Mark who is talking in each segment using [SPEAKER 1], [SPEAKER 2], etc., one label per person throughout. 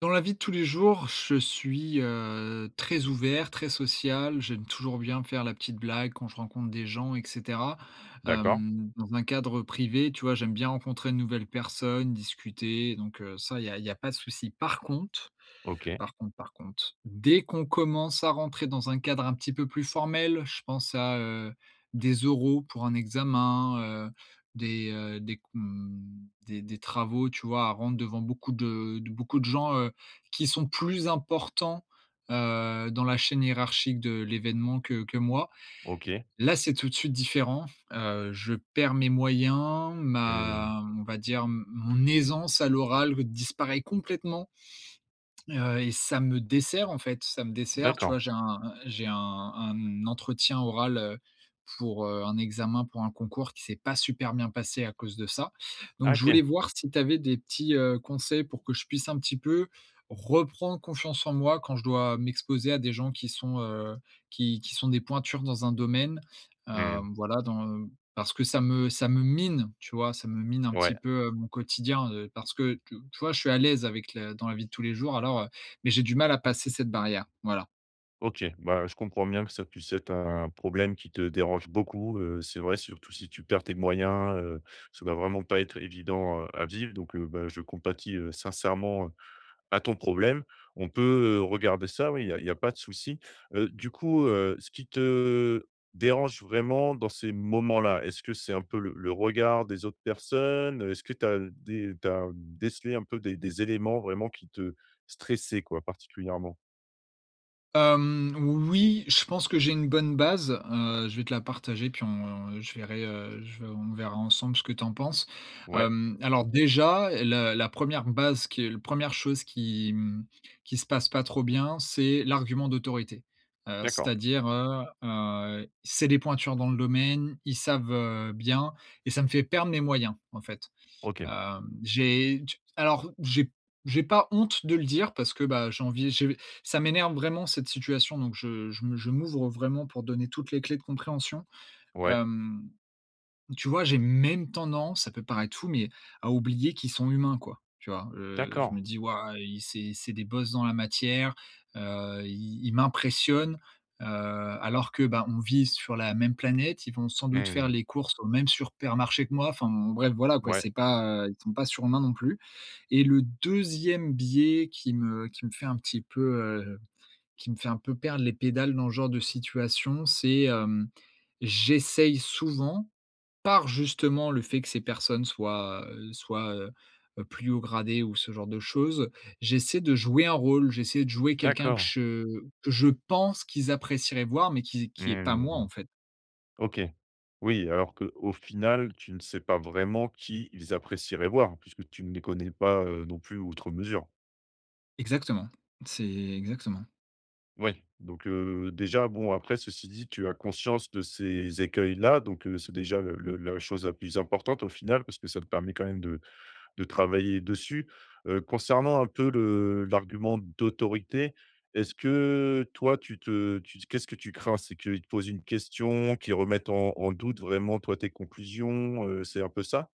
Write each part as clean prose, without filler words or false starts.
[SPEAKER 1] Dans la vie de tous les jours, je suis, très ouvert, très social. J'aime toujours bien faire la petite blague quand je rencontre des gens et cetera.
[SPEAKER 2] D'accord.
[SPEAKER 1] Dans un cadre privé, tu vois, j'aime bien rencontrer de nouvelles personnes, discuter, donc ça, il y a pas de souci.
[SPEAKER 2] OK,
[SPEAKER 1] Par contre, dès qu'on commence à rentrer dans un cadre un petit peu plus formel, je pense à, des oraux pour un examen, des, des travaux, tu vois, à rendre devant beaucoup de beaucoup de gens, qui sont plus importants, dans la chaîne hiérarchique de l'événement que moi.
[SPEAKER 2] OK.
[SPEAKER 1] Là, c'est tout de suite différent, je perds mes moyens,
[SPEAKER 2] Mmh.
[SPEAKER 1] ma on va dire, mon aisance à l'oral disparaît complètement. Et ça me dessert, en fait, ça me dessert. Tu
[SPEAKER 2] D'accord.
[SPEAKER 1] vois, j'ai un entretien oral, pour, un examen pour un concours qui s'est pas super bien passé à cause de ça. Donc
[SPEAKER 2] Ah,
[SPEAKER 1] je
[SPEAKER 2] OK.
[SPEAKER 1] voulais voir si tu avais des petits, conseils pour que je puisse un petit peu reprendre confiance en moi quand je dois m'exposer à des gens qui sont, qui sont des pointures dans un domaine,
[SPEAKER 2] Mmh.
[SPEAKER 1] hem, voilà dans Parce que ça me mine, tu vois? Ça me mine un
[SPEAKER 2] Ouais.
[SPEAKER 1] petit peu, mon quotidien, parce que tu vois, je suis à l'aise avec la dans la vie de tous les jours alors, mais j'ai du mal à passer cette barrière, voilà.
[SPEAKER 2] OK. Bah, je comprends bien que ça puisse être un problème qui te dérange beaucoup, c'est vrai, surtout si tu perds tes moyens, ça va vraiment pas être évident, à vivre donc bah, je compatis, sincèrement, à ton problème. On peut, regarder ça, oui, il y a pas de souci. Du coup, ce qui te dérange vraiment dans ces moments-là, est-ce que c'est un peu le regard des autres personnes? Est-ce que tu as décelé un peu des éléments vraiment qui te stressaient, quoi, particulièrement?
[SPEAKER 1] Hem, oui, je pense que j'ai une bonne base, je vais te la partager puis je verrai, je on verra ensemble ce que tu en penses.
[SPEAKER 2] Ouais,
[SPEAKER 1] Alors déjà, la 1 base qui est la 1 chose qui, qui se passe pas trop bien, c'est l'argument d'autorité.
[SPEAKER 2] d'accord.
[SPEAKER 1] C'est-à-dire, c'est des pointures dans le domaine, ils savent, bien et ça me fait perdre mes moyens, en fait.
[SPEAKER 2] OK.
[SPEAKER 1] Hem, j'ai alors j'ai pas honte de le dire parce que, bah, j'ai envie j'ai ça m'énerve vraiment cette situation donc je m'ouvre vraiment pour donner toutes les clés de compréhension.
[SPEAKER 2] Ouais,
[SPEAKER 1] Hem Tu vois, j'ai même tendance, ça peut paraître fou, mais à oublier qu'ils sont humains, quoi. Tu vois? Je
[SPEAKER 2] d'accord.
[SPEAKER 1] me dis: «Waouh, ils c'est des boss dans la matière, ils m'impressionnent», alors que, bah, on vit sur la même planète, ils vont sans doute faire
[SPEAKER 2] Mmh.
[SPEAKER 1] les courses au même supermarché que moi, enfin, bref, voilà, quoi,
[SPEAKER 2] Ouais,
[SPEAKER 1] c'est pas, ils sont pas surhumains non plus. Et le deuxième biais qui me fait un petit peu, qui me fait un peu perdre les pédales dans ce genre de situation, c'est, j'essaye souvent par justement le fait que ces personnes soient, plus haut gradées ou ce genre de choses, j'essaie de jouer quelqu'un
[SPEAKER 2] d'accord.
[SPEAKER 1] que je pense qu'ils apprécieraient voir, mais qui est pas moi, en
[SPEAKER 2] Mmh.
[SPEAKER 1] fait.
[SPEAKER 2] OK. Oui, alors qu'au final, tu ne sais pas vraiment qui ils apprécieraient voir, puisque tu ne les connais pas, non plus outre mesure.
[SPEAKER 1] Exactement, c'est exactement.
[SPEAKER 2] Oui, donc déjà, bon, après, ceci dit, tu as conscience de ces écueils-là, donc c'est déjà le la chose la plus importante au final, parce que ça te permet quand même de travailler dessus. Concernant un peu le l'argument d'autorité, est-ce que toi, tu qu'est-ce que tu crains? C'est qu'ils te posent une question, qu'ils remettent en doute vraiment, toi, tes conclusions, c'est un peu ça?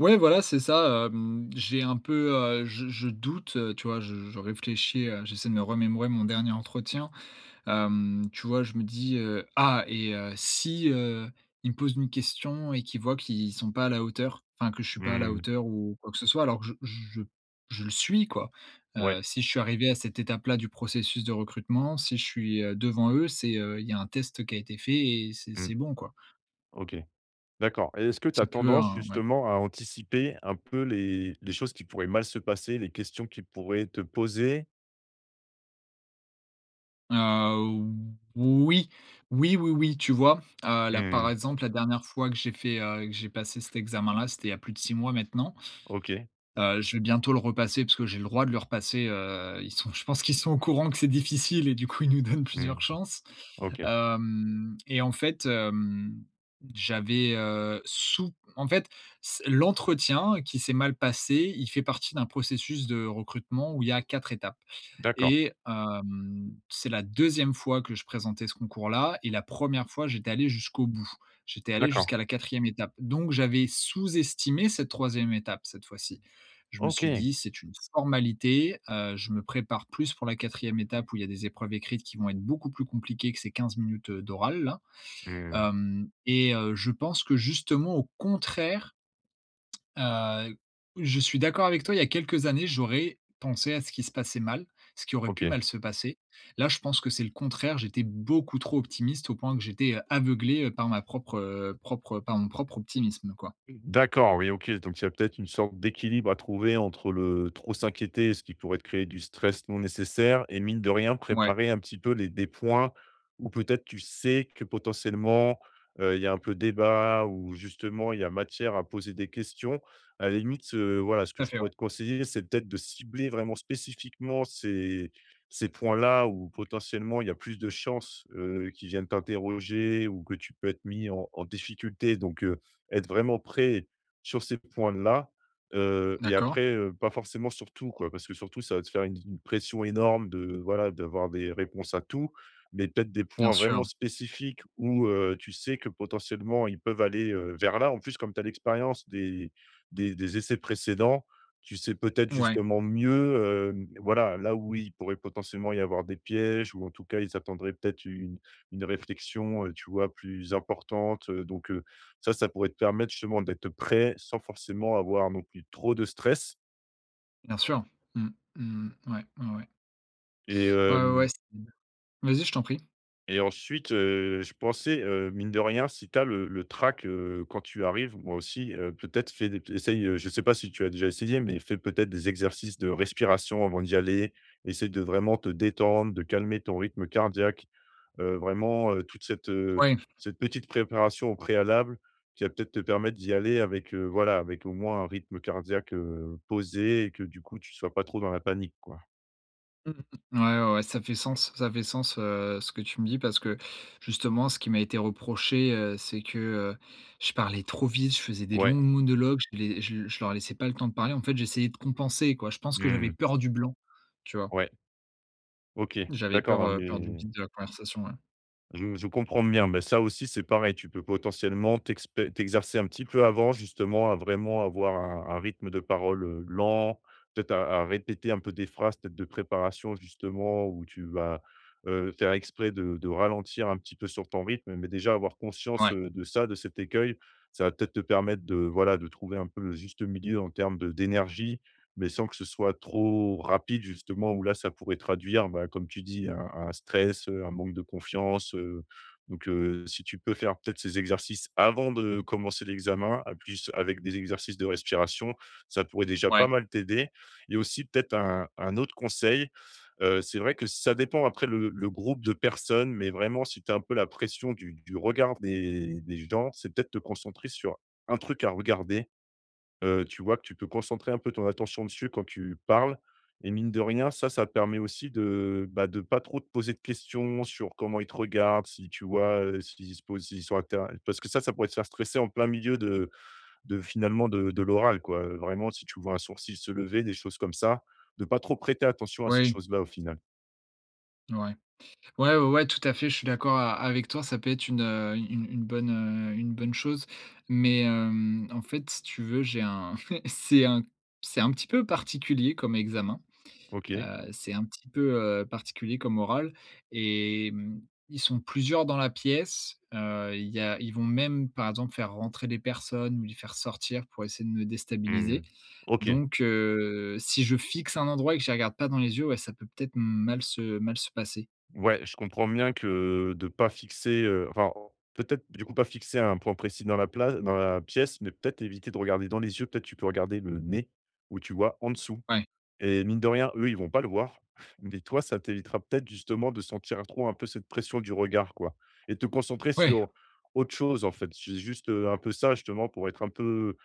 [SPEAKER 1] Ouais, voilà, c'est ça, j'ai un peu, je doute, tu vois? Je réfléchis, j'essaie de me remémorer mon dernier entretien. Tu vois, je me dis, «Ah et si, ils me posent une question et qu'ils voient qu'ils sont pas à la hauteur, enfin que je suis pas à la
[SPEAKER 2] Mmh.
[SPEAKER 1] hauteur ou quoi que ce soit», alors que je je le suis quoi.
[SPEAKER 2] Ouais,
[SPEAKER 1] Si je suis arrivé à cette étape-là du processus de recrutement, si je suis, devant eux, c'est, il y a un test qui a été fait et c'est
[SPEAKER 2] mmh.
[SPEAKER 1] c'est bon quoi.
[SPEAKER 2] OK. D'accord, et est-ce que tu as
[SPEAKER 1] Petit peu
[SPEAKER 2] tendance
[SPEAKER 1] un ouais.
[SPEAKER 2] justement à anticiper un peu les choses qui pourraient mal se passer, les questions qui pourraient te poser?
[SPEAKER 1] Heu, oui, oui, oui, oui, tu vois? Là, par
[SPEAKER 2] Mmh.
[SPEAKER 1] exemple, la dernière fois que j'ai passé cet examen-là, c'était il y a plus de 6 mois maintenant.
[SPEAKER 2] OK.
[SPEAKER 1] Je vais bientôt le repasser parce que j'ai le droit de le repasser, ils sont je pense qu'ils sont au courant que c'est difficile et du coup, ils nous donnent plusieurs
[SPEAKER 2] Mmh.
[SPEAKER 1] chances.
[SPEAKER 2] OK.
[SPEAKER 1] Hem Et en fait, j'avais, heu, sous en fait, c l'entretien qui s'est mal passé, il fait partie d'un processus de recrutement où il y a 4 étapes.
[SPEAKER 2] D'accord,
[SPEAKER 1] Et c'est la deuxième fois que je présentais ce concours-là et la première fois, j'étais allé jusqu'au bout. J'étais allé
[SPEAKER 2] d'accord.
[SPEAKER 1] jusqu'à la quatrième étape. Donc j'avais sous-estimé cette troisième étape cette fois-ci. Je me suis
[SPEAKER 2] OK.
[SPEAKER 1] dit: «C'est une formalité, je me prépare plus pour la quatrième étape où il y a des épreuves écrites qui vont être beaucoup plus compliquées que ces 15 minutes, d'oral là».
[SPEAKER 2] Mmh.
[SPEAKER 1] Hem Et je pense que justement au contraire, Heu, je suis d'accord avec toi, il y a quelques années, j'aurais pensé à ce qui se passait mal, ce qui aurait pu
[SPEAKER 2] OK.
[SPEAKER 1] mal se passer. Là, je pense que c'est le contraire, j'étais beaucoup trop optimiste au point que j'étais, aveuglé, par mon propre optimisme, quoi.
[SPEAKER 2] D'accord, oui, OK, donc il y a peut-être une sorte d'équilibre à trouver entre le trop s'inquiéter, ce qui pourrait te créer du stress non nécessaire, et mine de rien,
[SPEAKER 1] Ouais,
[SPEAKER 2] préparer un petit peu les des points où peut-être tu sais que potentiellement, il y a un peu débat ou justement il y a matière à poser des questions. À la limite, voilà, ce
[SPEAKER 1] tout
[SPEAKER 2] que
[SPEAKER 1] à
[SPEAKER 2] je
[SPEAKER 1] fait, ouais.
[SPEAKER 2] pourrais te conseiller, c'est peut-être de cibler vraiment spécifiquement ces points-là où potentiellement il y a plus de chances, qu'ils viennent t'interroger ou que tu peux être mis en difficulté donc être vraiment prêt sur ces points-là, et
[SPEAKER 1] D'accord,
[SPEAKER 2] après, pas forcément sur tout, quoi. Parce que surtout ça va te faire une pression énorme de voilà, d'avoir des réponses à tout, mais peut-être des
[SPEAKER 1] bien
[SPEAKER 2] points
[SPEAKER 1] sûr.
[SPEAKER 2] vraiment spécifiques où, tu sais que potentiellement ils peuvent aller, vers là. En plus, comme tu as l'expérience des des essais précédents, tu sais peut-être
[SPEAKER 1] Ouais,
[SPEAKER 2] justement mieux, voilà, là où il pourrait potentiellement y avoir des pièges ou en tout cas, ils attendraient peut-être une réflexion, tu vois, plus importante, donc ça pourrait te permettre justement d'être prêt sans forcément avoir non plus trop de stress
[SPEAKER 1] bien sûr. Mmh, mmh. Ouais, ouais, ouais.
[SPEAKER 2] et
[SPEAKER 1] Ouais, ouais, ouais,
[SPEAKER 2] hem
[SPEAKER 1] c'est vas-y, je t'en prie.
[SPEAKER 2] et ensuite, je pensais, mine de rien, si tu as le trac, quand tu arrives, moi aussi, peut-être fais des essaye, je ne sais pas si tu as déjà essayé, mais fais peut-être des exercices de respiration avant d'y aller. Essaye de vraiment te détendre, de calmer ton rythme cardiaque. Vraiment, toute cette,
[SPEAKER 1] Ouais.
[SPEAKER 2] cette petite préparation au préalable qui va peut-être te permettre d'y aller avec, voilà, avec au moins un rythme cardiaque, posé, et que du coup tu sois pas trop dans la panique, quoi.
[SPEAKER 1] Mmh mmh, mmh. Ouais, ouais, ouais, ça fait sens, ce que tu me dis parce que justement ce qui m'a été reproché, c'est que, je parlais trop vite, je faisais des longs
[SPEAKER 2] Ouais,
[SPEAKER 1] monologues, je les je leur laissais pas le temps de parler. En fait, j'essayais de compenser, quoi. Je pense que j'avais
[SPEAKER 2] mmh,
[SPEAKER 1] peur du blanc, tu vois?
[SPEAKER 2] ouais, OK,
[SPEAKER 1] J'avais
[SPEAKER 2] d'accord,
[SPEAKER 1] peur,
[SPEAKER 2] non
[SPEAKER 1] peur du
[SPEAKER 2] mais
[SPEAKER 1] vide de la conversation, ouais.
[SPEAKER 2] je comprends bien, mais ça aussi, c'est pareil. Tu peux potentiellement t'exercer un petit peu avant, justement, à vraiment avoir un rythme de parole, lent, peut-être à répéter un peu des phrases, peut-être de préparation, justement, où tu vas, faire exprès de ralentir un petit peu sur ton rythme, mais déjà avoir conscience,
[SPEAKER 1] Ouais,
[SPEAKER 2] de ça, de cet écueil, ça va peut-être te permettre de, voilà, de trouver un peu le juste milieu en termes de d'énergie, mais sans que ce soit trop rapide justement où là, ça pourrait traduire, bah, comme tu dis, un stress, un manque de confiance, donc si tu peux faire peut-être ces exercices avant de commencer l'examen, à plus avec des exercices de respiration, ça pourrait déjà pas
[SPEAKER 1] ouais.
[SPEAKER 2] mal t'aider. Et aussi peut-être un autre conseil, c'est vrai que ça dépend après le groupe de personnes, mais vraiment si tu as un peu la pression du regard des gens, c'est peut-être te concentrer sur un truc à regarder, tu vois que tu peux concentrer un peu ton attention dessus quand tu parles, et mine de rien, ça permet aussi de, bah, de pas trop te poser de questions sur comment ils te regardent, si tu vois, s'ils se posent, s'ils sont intér parce que ça pourrait te faire stresser en plein milieu de finalement de l'oral quoi, vraiment si tu vois un sourcil se lever, des choses comme ça, de pas trop prêter attention à ces
[SPEAKER 1] Oui,
[SPEAKER 2] choses-là au final.
[SPEAKER 1] ouais. Ouais, ouais, ouais, tout à fait, je suis d'accord a avec toi, ça peut être une, une bonne, une bonne chose. Mais, en fait, si tu veux, j'ai un c'est un petit peu particulier comme examen, heu,
[SPEAKER 2] OK.
[SPEAKER 1] c'est un petit peu, particulier comme oral et ils sont plusieurs dans la pièce, il y a ils vont même, par exemple, faire rentrer des personnes ou les faire sortir pour essayer de me déstabiliser.
[SPEAKER 2] Mmh. OK.
[SPEAKER 1] Donc, si je fixe un endroit et que je les regarde pas dans les yeux, ouais, ça peut peut-être mal se passer.
[SPEAKER 2] Ouais, je comprends bien que de pas fixer, enfin, peut-être du coup pas fixer un point précis dans la place, dans la pièce, mais peut-être éviter de regarder dans les yeux, peut-être tu peux regarder le nez où tu vois en dessous,
[SPEAKER 1] Ouais,
[SPEAKER 2] et mine de rien, eux, ils vont pas le voir, mais toi, ça t'évitera peut-être justement de sentir trop un peu cette pression du regard, quoi, et te concentrer
[SPEAKER 1] ouais.
[SPEAKER 2] sur autre chose, en fait. C'est juste, un peu ça justement pour être un peu,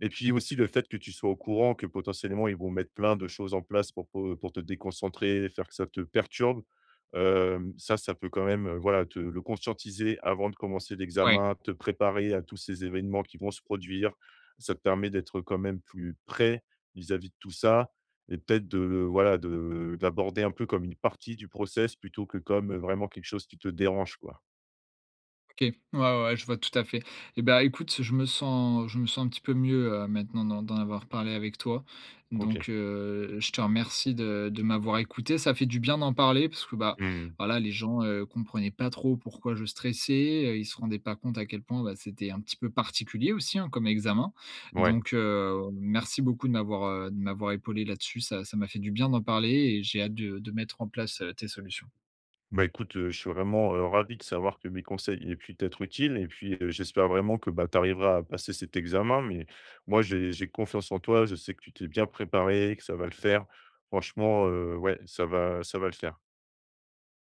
[SPEAKER 2] et puis aussi le fait que tu sois au courant que potentiellement ils vont mettre plein de choses en place pour te déconcentrer, faire que ça te perturbe. Ça, ça peut quand même, voilà, te le conscientiser avant de commencer
[SPEAKER 1] Ouais,
[SPEAKER 2] l'examen, te préparer à tous ces événements qui vont se produire. Ça te permet d'être quand même plus prêt vis-à-vis de tout ça, et peut-être de, voilà, de d'aborder un peu comme une partie du process plutôt que comme, vraiment quelque chose qui te dérange, quoi.
[SPEAKER 1] OK. Ouais, ouais, ouais, je vois tout à fait. Et ben, écoute, je me sens un petit peu mieux, maintenant d'en avoir parlé avec toi.
[SPEAKER 2] OK.
[SPEAKER 1] Donc, je te remercie de m'avoir écouté. Ça fait du bien d'en parler parce que, bah,
[SPEAKER 2] Mmh.
[SPEAKER 1] voilà, les gens, comprenaient pas trop pourquoi je stressais, ils se rendaient pas compte à quel point, bah, c'était un petit peu particulier aussi, hein, comme examen.
[SPEAKER 2] Ouais.
[SPEAKER 1] Donc, merci beaucoup de m'avoir épaulé là-dessus. Ça m'a fait du bien d'en parler et j'ai hâte de mettre en place, tes solutions.
[SPEAKER 2] Bah, écoute, je suis vraiment, ravi de savoir que mes conseils aient pu t'être utiles, et puis, j'espère vraiment que, bah, tu arriveras à passer cet examen, mais moi j'ai confiance en toi. Je sais que tu t'es bien préparé, que ça va le faire. Franchement, ouais, ça va le faire.